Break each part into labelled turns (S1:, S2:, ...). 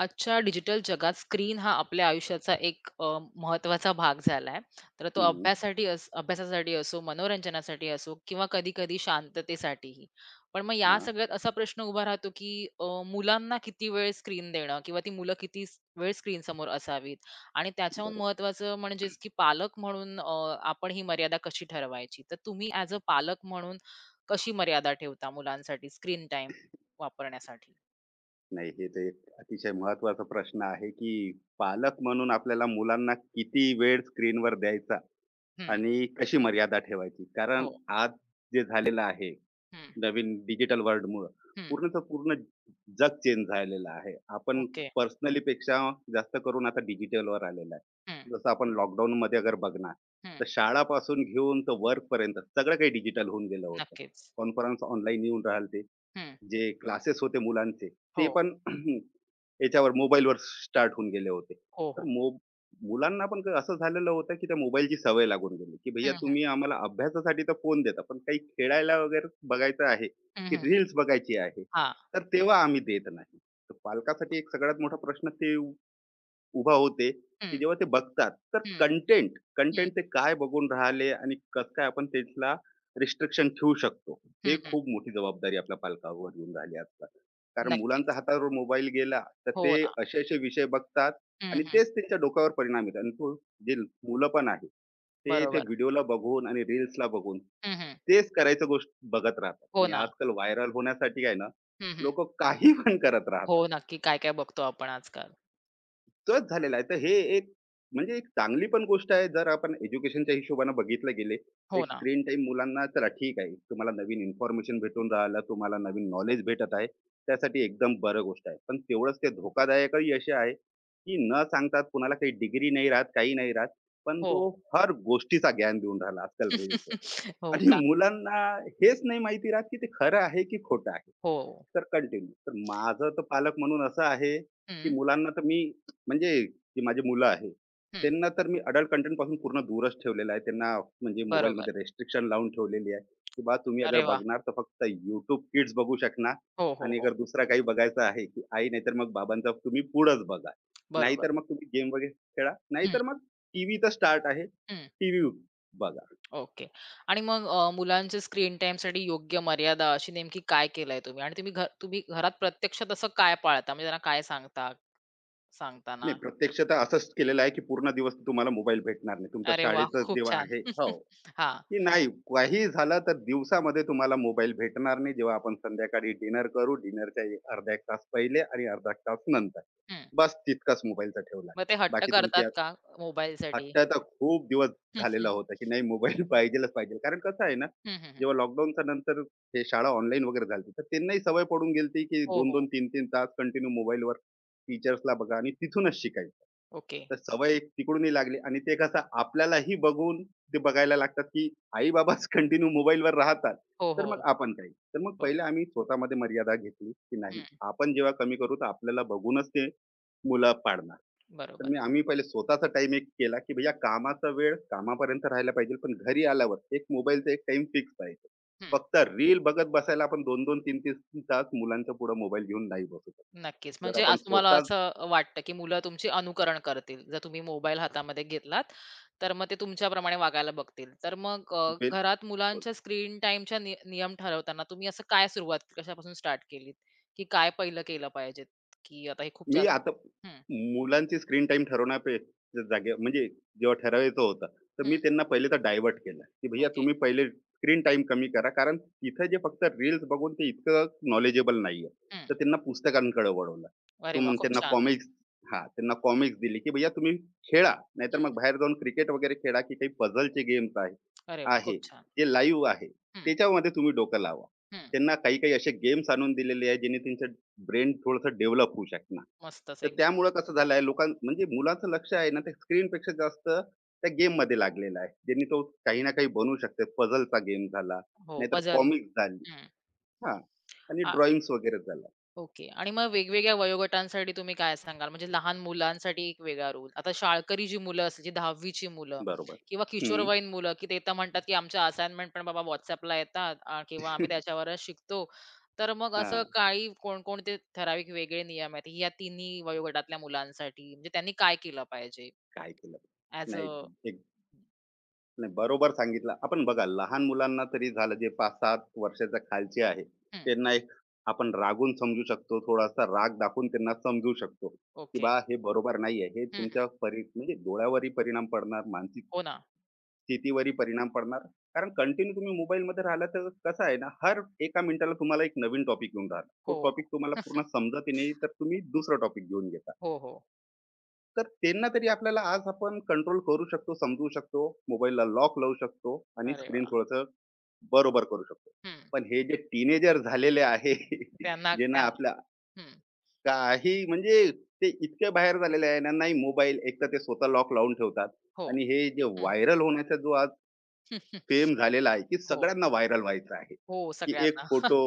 S1: आजच्या डिजिटल जगात स्क्रीन हा आपल्या आयुष्याचा एक महत्त्वाचा भाग झाला आहे. तर तो
S2: हं,
S1: अभ्यासाठी अस अभ्यासासाठी असो, मनोरंजनासाठी असो किंवा कधी-कधी शांततेसाठीही. पण मग या
S2: हां,
S1: सगळ्यात असा प्रश्न उभा राहतो, की मुलांना किती वेळ स्क्रीन देणं किंवा ती मुलं किती वेळ स्क्रीनसमोर असावीत आणि त्याच्याहून
S2: बरोबर.
S1: महत्त्वाचं म्हणजेच, की पालक म्हणून आपण ही मर्यादा कशी ठरवायची? तर तुम्ही ॲज अ पालक म्हणून कशी मर्यादा ठेवता मुलांसाठी स्क्रीन टाईम वापरण्यासाठी?
S2: नाही, हे तर एक अतिशय महत्त्वाचा प्रश्न आहे, की पालक म्हणून आपल्याला मुलांना किती वेळ स्क्रीनवर द्यायचा
S1: हं.
S2: आणि कशी मर्यादा ठेवायची? कारण
S1: हो.
S2: आज जे झालेलं आहे,
S1: हं,
S2: नवीन डिजिटल वर्ल्डमुळं
S1: हं.
S2: पूर्ण जग चेंज झालेलं आहे. आपण
S1: ओके.
S2: पर्सनलीपेक्षा जास्त करून आता डिजिटलवर आलेलं आहे.
S1: हं,
S2: जसं आपण लॉकडाऊनमध्ये अगर बघणार,
S1: हं.
S2: तर शाळापासून घेऊन तर वर्कपर्यंत सगळं काही डिजिटल होऊन गेलं होतं.
S1: नक्कीच.
S2: कॉन्फरन्स ऑनलाईन येऊन राहिले.
S1: हं.
S2: जे क्लासेस होते मुलांचे,
S1: हो.
S2: ते पण याच्यावर मोबाईलवर स्टार्ट होऊन गेले होते.
S1: हो,
S2: तर
S1: हो.
S2: मुलांना पण असं झालेलं होतं की त्या मोबाईलची सवय लागून गेली की भैया
S1: हं, हं.
S2: तुम्ही आम्हाला अभ्यासासाठी तर फोन देता पण काही खेळायला वगैरे बघायचं आहे
S1: हं,
S2: की
S1: हं, हं.
S2: रील्स बघायची आहे
S1: हां.
S2: तर तेव्हा आम्ही देत नाही. तर पालकासाठी एक सगळ्यात मोठा प्रश्न ते उभा होते, की
S1: हं,
S2: जेव्हा ते बघतात, तर
S1: हं,
S2: कंटेंट
S1: हं,
S2: कंटेंट ते काय बघून राहिले आणि कसं काय आपण त्याला रिस्ट्रिक्शन ठेवू शकतो.
S1: हं,
S2: हे
S1: हं.
S2: खूप मोठी जबाबदारी आपल्या पालकांवर येऊन राहिली आजकाल. कारण मुलांच्या
S1: नक्कीच.
S2: हातावर मोबाईल गेला, तर
S1: हो
S2: ते
S1: ना.
S2: असे-असे विषय बघतात
S1: हं,
S2: आणि
S1: हं.
S2: तेच त्यांच्या डोक्यावर परिणाम येतात. आणि तो जे मुलं पण आहेत, ते ते
S1: बरोबर.
S2: व्हिडिओला बघून आणि रील्सला बघून
S1: हं, हं.
S2: तेच करायचं गोष्ट बघत राहतात
S1: हो
S2: आणि
S1: ना.
S2: आजकाल व्हायरल होण्यासाठी आहे ना,
S1: हं, हं.
S2: लोकं काही पण करत
S1: हो,
S2: राहतात.
S1: नक्की काय-काय बघतो आपण आजकाल.
S2: तोच झालेला आहे. तर हे एक म्हणजे एक चांगली पण गोष्ट आहे जर आपण एज्युकेशनच्या हिशोबानं बघितलं गेले.
S1: हो
S2: एक
S1: ना.
S2: स्क्रीन टाईम मुलांना चला ठीक आहे. तुम्हाला नवीन इन्फॉर्मेशन भेटून राहिलं, तुम्हाला नवीन नॉलेज भेटत आहे. त्यासाठी एकदम बरं गोष्ट आहे. पण तेवढंच ते धोकादायकही असे आहे, की न सांगतात कुणाला काही डिग्री नाही राहत, काही नाही राहत. पण
S1: हो.
S2: तो हर गोष्टीचा ज्ञान देऊन राहिला आजकाल रील्सवर.
S1: हो
S2: आणि
S1: का?
S2: मुलांना हेच नाही माहिती राहत, की ते खरं आहे की खोटं आहे.
S1: हो.
S2: तर कंटिन्यू. तर माझं तर पालक म्हणून असं आहे, की
S1: हं,
S2: मुलांना तर मी म्हणजे जी माझी मुलं आहेत,
S1: हं.
S2: त्यांना तर मी अडल्ट कंटेंटपासून पूर्ण दूरच ठेवलेलं आहे. त्यांना म्हणजे
S1: बरोबर.
S2: मोबाईलमध्ये रिस्ट्रिक्शन लावून ठेवलेली आहे, की बा तुम्ही अगर
S1: अरे वाह!
S2: बघणार तर फक्त YouTube किड्स बघू शकणार
S1: हो, हो,
S2: आणि
S1: हो.
S2: अगर दुसरा काही बघायचं आहे, की आई नाहीतर मग बाबांचा तुम्ही पुढंच बघा.
S1: बरोबर.
S2: नाहीतर मग तुम्ही गेम वगैरे खेळा.
S1: हं,
S2: नाहीतर मग टीव्ही तर स्टार्ट आहे,
S1: हं.
S2: टीव्ही बघा.
S1: ओके. आणि मग मुलांचे स्क्रीन टाईमसाठी योग्य मर्यादा अशी नेमकी काय केलंय तुम्ही? आणि तुम्ही घरात प्रत्यक्ष तसं काय पाळता? म्हणजे त्यांना काय सांगता सांगताना?
S2: नाही, प्रत्यक्षतः असंच केलेलं आहे, की पूर्ण दिवस तुम्हाला मोबाईल भेटणार नाही. तुमचा
S1: अरे वा,
S2: शाळेचा
S1: खूप
S2: जेव्हा
S1: छान.
S2: आहे हो.
S1: हां.
S2: की नाही, काहीही झालं तर दिवसामध्ये तुम्हाला मोबाईल भेटणार नाही. जेव्हा आपण संध्याकाळी डिनर करू, डिनरच्या अर्धा 1 तास पहिले आणि अर्धा 1 तास नंतर.
S1: हं.
S2: बस तितकाच मोबाईलचा ठेवला.
S1: मग ते हट्ट
S2: बाकी तुमची
S1: करतात का
S2: हट्ट
S1: मोबाईलसाठी?
S2: तर खूप दिवस झालेला होता, की नाही, मोबाईल पाहिजेलच पाहिजे. कारण कसं आहे ना,
S1: हं, हं. हं, हं, हं.
S2: जेव्हा लॉकडाऊनच्या नंतर हे शाळा ऑनलाईन वगैरे झाली, तर त्यांनाही सवय पडून गेली की
S1: हो, हो.
S2: 2-2, 3-3 तास कंटिन्यू मोबाईलवर टीचर्सला बघा आणि तिथूनच शिकायचं.
S1: ओके.
S2: तर सवय एक तिकडूनही लागली आणि ते कसं आपल्यालाही बघून ते बघायला लागतात, की आई-बाबाच कंटिन्यू मोबाईलवर राहतात,
S1: हो,
S2: तर
S1: हो.
S2: मग आपण काय? तर मग
S1: बरं.
S2: पहिले आम्ही स्वतःमध्ये मर्यादा घेतली, की नाही,
S1: हं.
S2: आपण जेव्हा कमी करू, तर आपल्याला बघूनच ते मुलं पाळणार. तर
S1: बरोबर.
S2: आम्ही पहिले स्वतःचा टाईम एक केला, की भैया कामाचा वेळ कामापर्यंत राहायला पाहिजे, पण घरी आल्यावर एक मोबाईलचा एक टाईम फिक्स पाहिजे. फक्त रील बघत बसायला आपण 2-2, 3-3 तास मुलांच्या पुढे मोबाईल घेऊन नाही बसू शकत.
S1: नक्कीच.
S2: जर
S1: म्हणजे
S2: आपण
S1: असं तुम्हाला
S2: स्वतः
S1: असं वाटतं, की मुलं तुमची अनुकरण करतील. जर तुम्ही मोबाईल हातामध्ये घेतलात, तर मग ते तुमच्याप्रमाणे वागायला बघतील. तर मग
S2: वेळ,
S1: घरात मुलांच्या स्क्रीन टाईमच्या नियम ठरवताना तुम्ही असं काय सुरुवात कशापासून स्टार्ट केलीत? की काय पहिलं केलं पाहिजे? की आता हे खूप
S2: मी
S1: जास्त
S2: आता
S1: हं,
S2: मुलांची स्क्रीन टाईम जागे म्हणजे जेव्हा ठरवायचं होतं, तर
S1: हं.
S2: मी त्यांना पहिले तर डायव्हर्ट केलं, की भैय्या
S1: ओके.
S2: तुम्ही पहिले स्क्रीन टाइम कमी करा. कारण तिथं जे फक्त रील्स बघून ते इतकं नॉलेजेबल नाहीये.
S1: हं.
S2: तर त्यांना पुस्तकांकडे वळवलं.
S1: अरे
S2: तो
S1: वाह!
S2: मग
S1: खूप
S2: त्यांना
S1: छान.
S2: कॉमिक्स, हां, त्यांना कॉमिक्स दिली, की भैय्या तुम्ही खेळा. नाहीतर
S1: हं.
S2: मग बाहेर जाऊन क्रिकेट वगैरे खेळा, की काही पझलचे गेम्स आहे
S1: अरे वाह! खूप
S2: आहे,
S1: छान.
S2: जे लाईव्ह आहे,
S1: हं,
S2: त्याच्यामध्ये तुम्ही डोकं लावा.
S1: हं.
S2: त्यांना काही-काही असे गेम्स आणून दिलेले आहेत, जेणे त्यांचं ब्रेन थोडंसं डेव्हलप होऊ शकणार.
S1: मस्तच
S2: तर
S1: एकदम.
S2: त्यामुळं कसं झालंय लोकां म्हणजे मुलाचं लक्ष आहे ना, ते स्क्रीनपेक्षा जास्त त्या गेममध्ये लागलेला आहे. ज्यांनी तो काही ना काही बनवू शकते. पझलचा गेम झाला,
S1: हो,
S2: नाहीतर
S1: पझल.
S2: कॉमिक्स झाली, हां. आणि ड्रॉइंग्स वगैरे झालं.
S1: ओके. आणि मग वेगवेगळ्या वयोगटांसाठी तुम्ही काय सांगाल? म्हणजे लहान मुलांसाठी एक वेगळा रूल. आता शाळकरी जी मुलं असतील, जी 10वी ची मुलं
S2: बरोबर.
S1: किंवा
S2: हं.
S1: किशोरवयीन मुलं, की ते तर म्हणतात, की आमच्या असाइनमेंट पण बाबा WhatsAppला येतात किंवा आम्ही त्याच्यावरच शिकतो. तर मग असं
S2: हां.
S1: काही कोणकोणते ठराविक वेगळे नियम आहेत, या तिन्ही वयोगटातल्या मुलांसाठी? म्हणजे त्यांनी काय केलं पाहिजे
S2: काय केलं?
S1: ॲज अ
S2: नाही. नाही, बरोबर सांगितलं. आपण बघा लहान मुलांना तरी झालं जे 5-7 वर्षाच्या खालचे आहे, त्यांना एक आपण रागून समजू शकतो, थोडासा राग दाखवून त्यांना समजू शकतो, की
S1: ओके.
S2: "बा हे बरोबर नाही आहे." हे
S1: हं, हं.
S2: तुमच्या परी म्हणजे डोळ्यावरही परिणाम पडणार, मानसिक
S1: हो ना.
S2: स्थितीवरही परिणाम पडणार. कारण कंटिन्यू तुम्ही मोबाईलमध्ये राहिला तर कसं आहे ना, हर एका मिनिटाला तुम्हाला एक नवीन टॉपिक येऊन राहिला. तो
S1: हो.
S2: टॉपिक तुम्हाला पूर्ण समजत नाही, तर तुम्ही दुसरा टॉपिक घेऊन घेता.
S1: हो, हो.
S2: तर त्यांना तरी आपल्याला आज आपण कंट्रोल करू शकतो, समजू शकतो, मोबाईलला लॉक लावू शकतो आणि
S1: अरे
S2: स्क्रीन
S1: वाह!
S2: थोडंसं बरोबर करू शकतो.
S1: हं.
S2: पण हे जे टीनेजर झालेले आहे,
S1: त्यांना
S2: जे ना
S1: त्यांना
S2: आपल्या
S1: हं.
S2: काही म्हणजे ते इतके बाहेर झालेले आहे ना, नाही मोबाईल एकतर ते स्वतः लॉक लावून ठेवतात
S1: हो.
S2: आणि हे जे
S1: हं.
S2: व्हायरल होण्याचा जो आज फेम झालेला आहे, की
S1: हो.
S2: सगळ्यांना व्हायरल व्हायचं आहे,
S1: हो,
S2: की एक
S1: सगळ्यांना.
S2: फोटो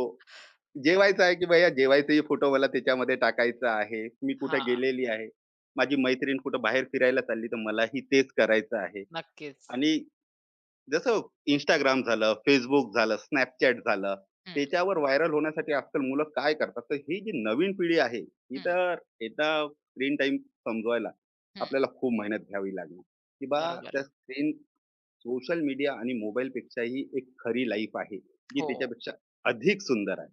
S2: जेवायचं आहे की भैया जेवायचंही फोटो मला त्याच्यामध्ये टाकायचा आहे. मी कुठे
S1: हां,
S2: गेलेली आहे. माझी मैत्रीण कुठं बाहेर फिरायला चालली, तर मलाही तेच करायचं आहे.
S1: नक्कीच.
S2: आणि जसं Instagram झालं, Facebook झालं, Snapchat झालं,
S1: हं,
S2: त्याच्यावर व्हायरल होण्यासाठी आजकाल मुलं काय करतात? तर ही जी नवीन पिढी आहे, ही
S1: हं,
S2: तर एकदा स्क्रीन टाईम समजवायला
S1: हं.
S2: आपल्याला खूप मेहनत घ्यावी लागणार, की बा
S1: बरोबर.
S2: त्या स्क्रीन सोशल मीडिया आणि मोबाईलपेक्षाही एक खरी लाईफ आहे, जी
S1: हो,
S2: त्याच्यापेक्षा अधिक सुंदर आहे.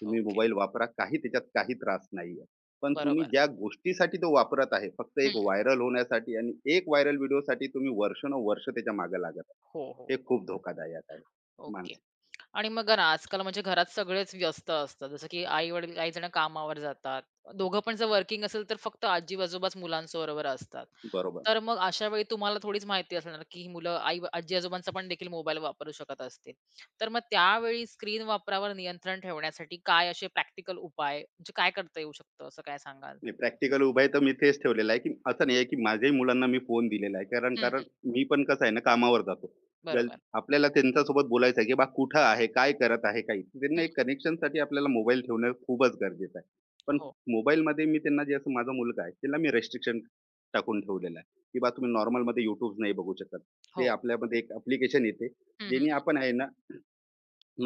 S2: तुम्ही
S1: ओके.
S2: मोबाईल वापरा काही त्याच्यात काही त्रास नाहीये. पण तुम्ही
S1: बरोबर.
S2: ज्या गोष्टीसाठी तो वापरत आहे, फक्त
S1: हं.
S2: एक व्हायरल होण्यासाठी आणि एक व्हायरल व्हिडिओसाठी तुम्ही वर्षानुवर्ष त्याच्या मागे लागत आहे.
S1: हो, हो.
S2: हे खूप धोकादायक आहे.
S1: ओके.
S2: मानसिक
S1: आणि मग ना आजकाल म्हणजे घरात सगळेच व्यस्त असतात. जसं की आई-वडील काही जण कामावर जातात. दोघं पण जर वर्किंग असेल तर फक्त आजी-आजोबाच मुलांबरोबर असतात.
S2: बरोबर.
S1: तर मग अशा वेळी तुम्हाला थोडीच माहिती असणार, की ही मुलं आई आजी-आजोबांचा पण देखील मोबाईल वापरू शकत असतील. तर मग त्यावेळी स्क्रीन वापरावर नियंत्रण ठेवण्यासाठी काय असे प्रॅक्टिकल उपाय म्हणजे काय करता येऊ शकतं, असं काय सांगाल?
S2: नाही, प्रॅक्टिकल उभा आहे तर मी तेच ठेवलेलं आहे, की असं नाही आहे, की माझ्याही मुलांना मी फोन दिलेला आहे. कारण कारण मी पण कसं आहे ना कामावर जातो. गल
S1: बरोबर.
S2: आपल्याला त्यांच्यासोबत बोलायचं आहे, की बा कुठं आहे? काय करत आहे? काही त्यांना
S1: हं.
S2: एक कनेक्शनसाठी आपल्याला मोबाईल ठेवणं खूपच गरजेचं आहे. पण
S1: हो,
S2: मोबाईलमध्ये मी त्यांना जे असं माझा मुलगा आहे, त्याला मी रिस्ट्रिक्शन टाकून ठेवलेलं आहे, की बा तुम्ही नॉर्मलमध्ये YouTube नाही बघू शकत.
S1: हो.
S2: ते आपल्यामध्ये एक ॲप्लिकेशन येते,
S1: हं, हं,
S2: ज्याने
S1: हं.
S2: आपण आहे ना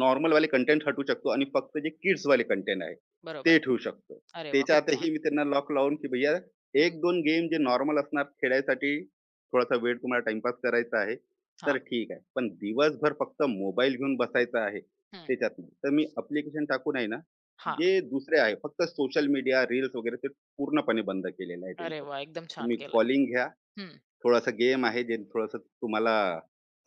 S2: नॉर्मल वाले कंटेंट हटवू शकतो आणि फक्त जे किड्स वाले कंटेंट आहे,
S1: बरोबर.
S2: ते ठेवू शकतो.
S1: अरे वा खूप छान.
S2: त्याच्यातही मी त्यांना लॉक लावून, की भैया
S1: हं.
S2: एक दोन गेम जे नॉर्मल असणार खेळायसाठी थोडासा वेळ तुम्हाला टाईमपास करायचा आहे,
S1: हां.
S2: तर ठीक आहे. पण दिवसभर फक्त मोबाईल घेऊन बसायचं आहे,
S1: हं.
S2: त्याच्यात नाही. तर मी ॲप्लिकेशन टाकून आहे ना,
S1: हां.
S2: जे दुसरे आहे फक्त सोशल मीडिया, रील्स वगैरे ते पूर्णपणे बंद केलेलं आहे
S1: अरे
S2: त्यांचं.
S1: वा एकदम छान
S2: तुम्ही
S1: केलं.
S2: कॉलिंग घ्या,
S1: हं.
S2: थोडासा गेम आहे, जे थोडंसं तुम्हाला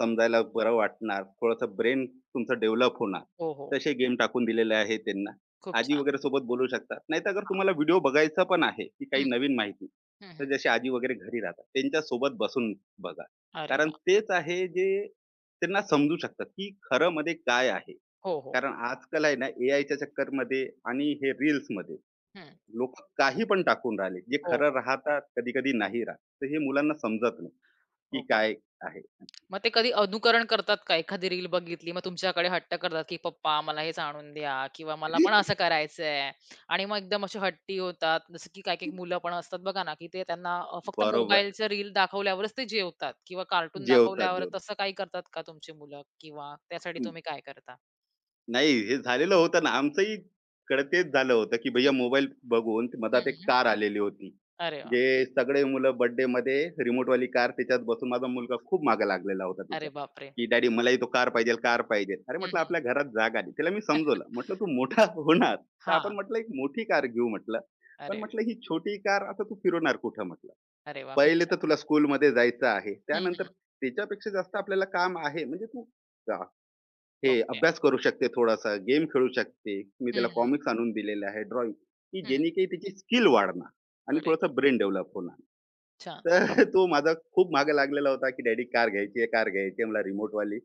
S2: समजायला बरं वाटणार, थोडंसं ब्रेन तुमचं डेव्हलप होणार.
S1: हो, हो.
S2: तसे गेम टाकून दिलेले आहे त्यांना.
S1: खूप
S2: आजी
S1: छान.
S2: वगैरे सोबत बोलू शकता. नाहीतर अगर
S1: हां.
S2: तुम्हाला व्हिडिओ बघायचा पण आहे, की काही
S1: हं.
S2: नवीन माहिती,
S1: हं,
S2: तर
S1: हं.
S2: जसे आजी वगैरे घरी राहतात, त्यांच्यासोबत बसून बघा.
S1: अरे
S2: कारण
S1: वा
S2: तेच आहे जे त्यांना समजू शकतात, की खरं मध्ये काय आहे.
S1: हो, हो.
S2: कारण आजकाल आहे ना, एआयच्या चक्करमध्ये आणि हे रील्समध्ये
S1: हं.
S2: लोक काही पण टाकून राहिले जे
S1: हो,
S2: खरं
S1: हो.
S2: राहतात कधी कधी नाही राहत, तर हे मुलांना समजत नाही की
S1: ओके.
S2: काय आहे.
S1: मग ते कधी अनुकरण करतात का? एखादी रील बघितली, मग तुमच्याकडे हट्ट करतात, की "पप्पा मला हेच आणून द्या" किंवा "मला पण असं करायचंय" आणि मग एकदम असे हट्टी होतात. जसं की काही-काही मुलं पण असतात बघा ना, की ते त्यांना फक्त
S2: बरोबर.
S1: मोबाईलचं रील दाखवल्यावरच ते जेवतात किंवा कार्टून
S2: जेवतात
S1: दाखवल्यावर
S2: जेवतात
S1: तसं काही करतात का तुमची मुलं किंवा त्यासाठी तुम्ही काय करता?
S2: नाही, हे झालेलं होतं ना. आमचंही कडे तेच झालं होतं, की भैय्या मोबाईल बघून मधात एक
S1: हं,
S2: कार आलेली होती.
S1: अरे वाह!
S2: जे सगळे मुलं बर्थडेमध्ये रिमोटवाली कार त्याच्यात बसून माझा मुलगा खूप मागे लागलेला होता
S1: अरे
S2: तिच्या,
S1: बापरे!
S2: की "डॅडी मलाही तो कार पाहिजेल, कार पाहिजेल." अरे
S1: हं,
S2: म्हटलं,
S1: हं.
S2: "आपल्या घरात जागा नाही." त्याला मी समजवलं. म्हटलं, "तू मोठा होणार, तर आपण म्हटलं एक मोठी कार घेऊ" म्हटलं. पण
S1: अरे,
S2: म्हटलं, "ही छोटी कार आता तू फिरवणार कुठं?" म्हटलं.
S1: अरे वाह! खूप
S2: "पहिले तर
S1: छान.
S2: तुला स्कूलमध्ये जायचं आहे.
S1: हं,
S2: त्यानंतर त्याच्यापेक्षा जास्त आपल्याला काम आहे. म्हणजे तू हे
S1: ओके.
S2: अभ्यास करू शकते थोडासा, गेम खेळू शकते. मी त्याला
S1: हं, हं.
S2: कॉमिक्स आणून दिलेले आहे, ड्रॉइंग, की जेणे की त्याची स्किल वाढणार आणि
S1: अरे
S2: थोडासा
S1: वाह!
S2: ब्रेन डेव्हलप होणार.
S1: छान.
S2: तर तो माझा खूप मागे लागलेला होता, की "डॅडी कार घ्यायची आहे, कार घ्यायची आहे मला रिमोटवाली."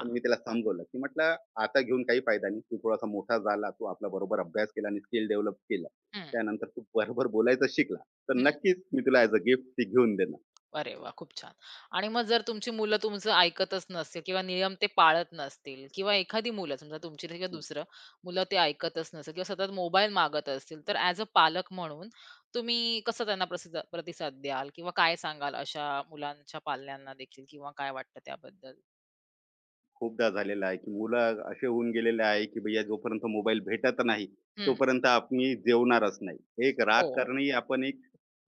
S2: पण मी त्याला समजवलं, की म्हटलं, "आता घेऊन काही फायदा नाही. तू थोडासा मोठा झाला, तू आपला बरोबर अभ्यास केला आणि स्किल डेव्हलप केला.
S1: हं,
S2: त्यानंतर तू बरोबर बोलायचं शिकला, तर नक्कीच मी तुला ॲज अ गिफ्ट ती घेऊन देणार."
S1: अरे वाह! खूप छान. आणि मग जर तुमची मुलं तुमचं ऐकतच नसतील किंवा नियम ते पाळत नसतील किंवा एखादी मुलं समजा तुमची किंवा दुसरं मुलं ते ऐकतच नसेल किंवा सतत मोबाईल मागत असतील, तर ॲज अ पालक म्हणून तुम्ही कसं त्यांना प्रतिसाद द्याल किंवा काय सांगाल अशा मुलांच्या पाल्यांना देखील किंवा काय वाटतं त्याबद्दल?
S2: खूपदा झालेलं आहे, की मुलं असे होऊन गेलेले आहे, की भैय्या जोपर्यंत मोबाईल भेटत नाही,
S1: हं.
S2: तोपर्यंत आम्ही जेवणारच नाही. एक राग
S1: हो.
S2: करणंही आपण एक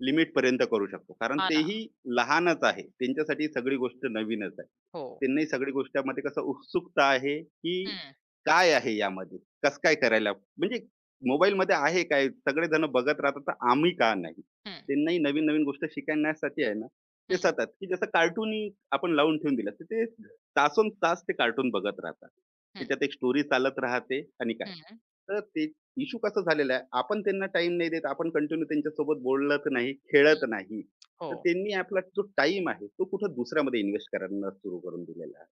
S2: लिमिटपर्यंत करू शकतो. कारण
S1: हां ना.
S2: तेही लहानच आहे. त्यांच्यासाठी ही सगळी गोष्ट नवीनच आहे.
S1: हो.
S2: त्यांनाही सगळी गोष्टीमध्ये कसं उत्सुकता आहे, की
S1: हं,
S2: काय आहे यामध्ये? कसं काय करायला? म्हणजे मोबाईलमध्ये आहे काय? सगळेजण बघत राहतात, तर आम्ही का नाही?
S1: हं,
S2: त्यांनाही नवीन-नवीन गोष्ट शिकण्यासाठी आहे ना, ते
S1: हं,
S2: सतत, की जसं कार्टून आपण लावून ठेवून दिलं, तर ते तासोन तास ते कार्टून बघत राहतात.
S1: हं,
S2: त्याच्यात एक स्टोरी चालत राहते आणि काय.
S1: हं, हं.
S2: तर ते इश्यू कसा झालेला आहे, आपण त्यांना टाइम नाही देत. आपण कंटिन्यू त्यांच्यासोबत बोलत नाही, खेळत नाही.
S1: हो.
S2: तर त्यांनी आपला जो टाइम आहे, तो कुठं दुसऱ्यामध्ये इन्व्हेस्ट करायला सुरू करून दिलेला आहे.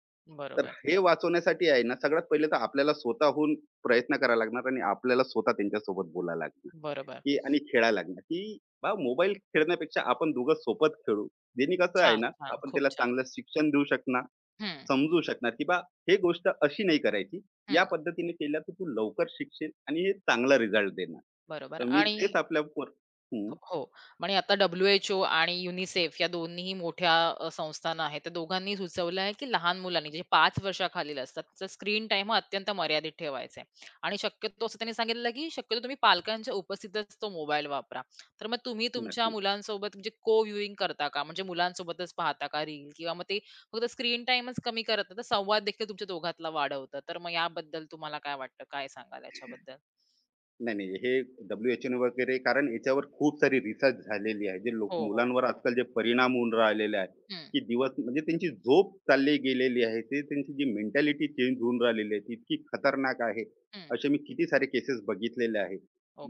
S2: तर
S1: बरोबर,
S2: हे वाचवण्यासाठी आहे ना, सगळ्यात पहिले तर आपल्याला स्वतःहून प्रयत्न करावा लागणार आणि आपल्याला स्वतः त्यांच्यासोबत बोलायला लागणार,
S1: बरोबर.
S2: की आणि खेळायला लागणार, की बा मोबाईल खेळण्यापेक्षा आपण दोघं सोबत खेळू. ज्यानी कसं आहे
S1: छान,
S2: ना,
S1: छान.
S2: आपण
S1: खूप
S2: त्याला
S1: छान.
S2: चांगलं शिक्षण देऊ शकणार,
S1: हं,
S2: समजू शकणार, की बा हे गोष्ट अशी नाही करायची.
S1: हं.
S2: या पद्धतीने केलं तर तू लवकर शिकशील आणि हे चांगला रिझल्ट देणार.
S1: बरोबर
S2: तर मी
S1: आणि
S2: तेच आपल्या पोर, हं,
S1: हो, हो आणि आता WHO आणि UNICEF या दोन्हीही मोठ्या संस्थाना आहेत. त्या दोघांनी सुचवलं आहे, की लहान मुलांनी जे 5 वर्षाखालील असतात, त्यांचा स्क्रीन टाइम हा अत्यंत मर्यादित ठेवायचा आहे आणि शक्यतो असं त्यांनी सांगितलं, की शक्यतो तुम्ही पालकांच्या उपस्थितच तो मोबाईल वापरा. तर मग तुम्ही तुमच्या
S2: नक्की.
S1: मुलांसोबत म्हणजे को व्ह्यूइंग करता का? म्हणजे मुलांसोबतच पाहता का रील किंवा मग ते फक्त स्क्रीन टाईमच कमी करत तर संवाद देखील तुमच्या दोघातला वाढवतं. तर मग याबद्दल तुम्हाला काय वाटतं? काय सांगाल याच्याबद्दल?
S2: नाही, नाही. हे WHO ने वगैरे कारण याच्यावर खूप सारी रिसर्च झालेली आहे. जे लोक
S1: हो, हो.
S2: मुलांवर आजकाल जे परिणाम होऊन राहिलेले आहेत,
S1: हं,
S2: की दिवस म्हणजे त्यांची झोप चालली गेलेली आहे. ते त्यांची जी मेंटॅलिटी चेंज होऊन राहिलेली आहे, ती इतकी खतरनाक आहे.
S1: हं.
S2: असे मी किती सारे केसेस बघितलेले आहेत.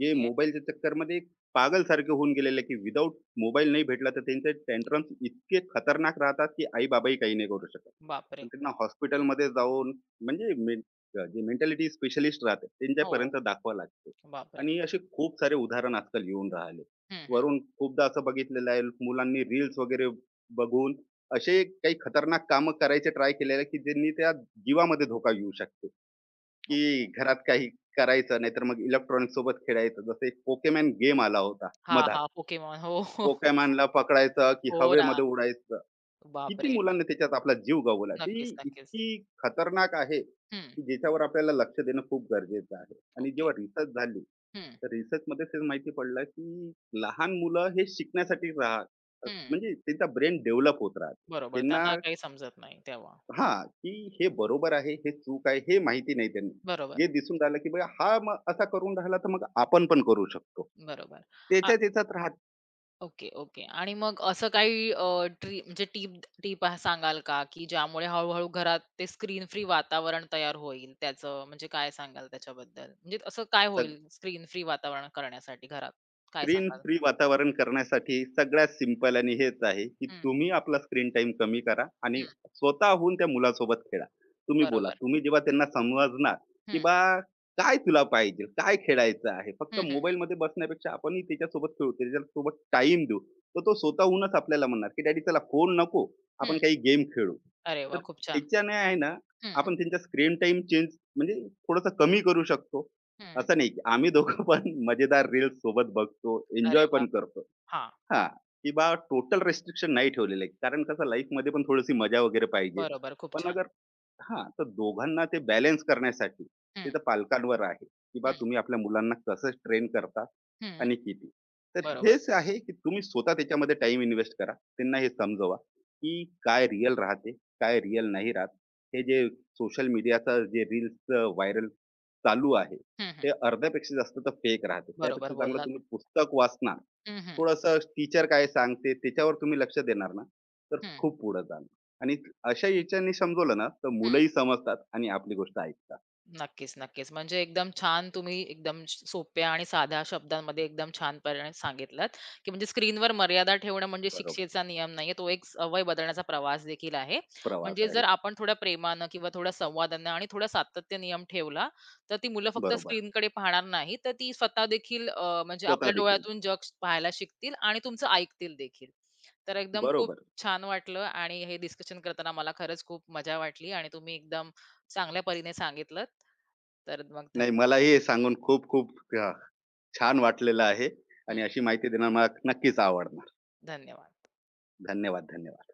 S2: जे मोबाईलच्या चक्करमध्ये एक पागलसारखे होऊन गेलेले, आहे की विदाऊट मोबाईल नाही भेटला तर त्यांचे टँट्रम्स इतके खतरनाक राहतात, की आई-बाबाही काही नाही करू शकत.
S1: बापरे!
S2: पण त्यांना हॉस्पिटलमध्ये जाऊन म्हणजे मेन जे मेंटॅलिटी स्पेशलिस्ट राहतात
S1: हो,
S2: त्यांच्यापर्यंत दाखवावं लागते.
S1: बापरे!
S2: आणि असे खूप सारे उदाहरण आजकाल येऊन राहिले.
S1: हं, हं.
S2: वरून खूपदा असं बघितलेलं आहे, मुलांनी रील्स वगैरे बघून असे काही खतरनाक कामं करायचे ट्राय केलेले आहे, की ज्यांनी त्या जीवामध्ये धोका येऊ शकतो,
S1: ओके.
S2: की घरात काही करायचं नाहीतर मग इलेक्ट्रॉनिक सोबत खेळायचं. जसं एक Pokemon गेम आला होता
S1: हां,
S2: मधात.
S1: हां. पोकेमॉन. हो, हो,
S2: Pokemonला पकडायचं, की
S1: हो ना.
S2: हवेमध्ये उडायचं, किती
S1: बापरे!
S2: मुलांना त्याच्यात आपला जीव गवला. ती
S1: नक्कीच, नक्कीच.
S2: इतकी खतरनाक आहे,
S1: हं.
S2: की ज्याच्यावर आपल्याला लक्ष देणं खूप गरजेचं आहे. आणि
S1: ओके.
S2: जेव्हा रिसर्च झाली,
S1: हं,
S2: तर रिसर्चमध्ये ते माहिती पडलं, की लहान मुलं हे शिकण्यासाठी राहत
S1: हं.
S2: म्हणजे त्यांचा ब्रेन डेव्हलप होत राहते.
S1: बरोबर.
S2: त्यांना
S1: त्यांना काही समजत नाही तेव्हा.
S2: हां, की हे बरोबर आहे, हे चूक आहे, हे माहिती नाही त्यांना.
S1: बरोबर,
S2: जे दिसून राहिलं, की बघा हा मग असा करून राहिला, तर मग आपण पण करू शकतो.
S1: बरोबर. आ
S2: त्याच्यात याच्यात राहत.
S1: Okay, okay. आणि मग असं काही ट्री म्हणजे टिप टिप सांगाल का, की ज्यामुळे हळू-हळू घरात ते स्क्रीन फ्री वातावरण तयार होईल त्याचं म्हणजे काय सांगाल त्याच्याबद्दल? म्हणजे असं काय होईल स्क्रीन फ्री वातावरण करण्यासाठी घरात? काय
S2: स्क्रीन
S1: सांगाल?
S2: फ्री वातावरण करण्यासाठी सगळ्यात सिंपल आणि हेच आहे, की
S1: हं,
S2: तुम्ही आपला स्क्रीन टाईम कमी करा
S1: हं.
S2: आणि स्वतःहून त्या मुलासोबत खेळा. तुम्ही बोला.
S1: बरोबर.
S2: तुम्ही जेव्हा त्यांना समजणार, की
S1: हं,
S2: बा काय तुला पाहिजे? काय खेळायचं आहे? फक्त
S1: हं, हं,
S2: मोबाईलमध्ये बसण्यापेक्षा आपणही त्याच्यासोबत खेळू, त्याच्यासोबत टाईम देऊ. तर तो स्वतःहूनच आपल्याला म्हणणार, की "डॅडी चला फोन नको, आपण काही गेम खेळू."
S1: अरे वाह!
S2: तर
S1: खूप छान.
S2: त्याच्याने आहे ना,
S1: हं,
S2: आपण त्यांचा स्क्रीन टाईम चेंज म्हणजे थोडंसं कमी करू शकतो.
S1: हं.
S2: असं नाही, की आम्ही दोघं पण मजेदार रील्स सोबत बघतो,
S1: अरे
S2: एन्जॉय
S1: वाह!
S2: पण करतो.
S1: हां,
S2: हां, की बा टोटल रिस्ट्रिक्शन नाही ठेवलेलं आहे. कारण कसं लाईफमध्ये पण थोडीशी मजा वगैरे पाहिजे.
S1: बरोबर. खूप
S2: पण
S1: छान.
S2: अगर, हां, तर दोघांना ते बॅलन्स करण्यासाठी ते
S1: हं,
S2: तर पालकांवर आहे, की बा
S1: हं,
S2: तुम्ही आपल्या मुलांना कसं ट्रेन करता
S1: हं.
S2: आणि किती. तर
S1: बरोबर.
S2: हेच आहे, की तुम्ही स्वतः त्याच्यामध्ये टाइम इन्व्हेस्ट करा. त्यांना हे समजवा, की काय रिअल राहते, काय रिअल नाही राहत. हे जे सोशल मीडियाचं जे रील्सचं व्हायरल चालू आहे,
S1: हं, हं.
S2: ते अर्ध्यापेक्षा जास्त तर फेक राहते.
S1: बरोबर
S2: त्यापेक्षा चांगलं
S1: बोललात.
S2: तुम्ही पुस्तक वाचणार,
S1: हं, हं,
S2: थोडंसं टीचर काय सांगते त्याच्यावर तुम्ही लक्ष देणार ना, तर
S1: हं,
S2: खूप पुढे जाणार आणि अशा याच्याने समजवलं ना, तर मुलंही समजतात आणि आपली गोष्ट ऐकतात.
S1: नक्कीच, नक्कीच. म्हणजे एकदम छान तुम्ही एकदम सोप्या आणि साध्या शब्दांमध्ये एकदम छानपणे सांगितलात, की म्हणजे स्क्रीनवर मर्यादा ठेवणं म्हणजे
S2: बरोबर.
S1: शिक्षेचा नियम नाहीये. तो एक सवय बदलण्याचा प्रवास देखील आहे.
S2: प्रवास
S1: म्हणजे
S2: आहे.
S1: जर आपण थोड्या प्रेमानं किंवा थोड्या संवादानं आणि थोडा सातत्य नियम ठेवला, तर ती मुलं फक्त
S2: बरोबर.
S1: स्क्रीनकडे पाहणार नाही, तर ती स्वतः देखील म्हणजे
S2: स्वतः
S1: आपल्या
S2: देखील.
S1: डोळ्यातून पाहायला शिकतील आणि तुमचं ऐकतील देखील. तर एकदम खूप
S2: बरोबर.
S1: छान वाटलं आणि हे डिस्कशन करताना मला खरंच खूप मजा वाटली आणि तुम्ही एकदम चांगल्या परीने सांगितलंत. तर मग
S2: नाही,
S1: धन्यवाद.
S2: मलाही हे सांगून खूप खूप छान वाटलेलं आहे आणि
S1: हं,
S2: अशी माहिती देणं मला नक्कीच आवडणार.
S1: धन्यवाद.
S2: धन्यवाद, धन्यवाद.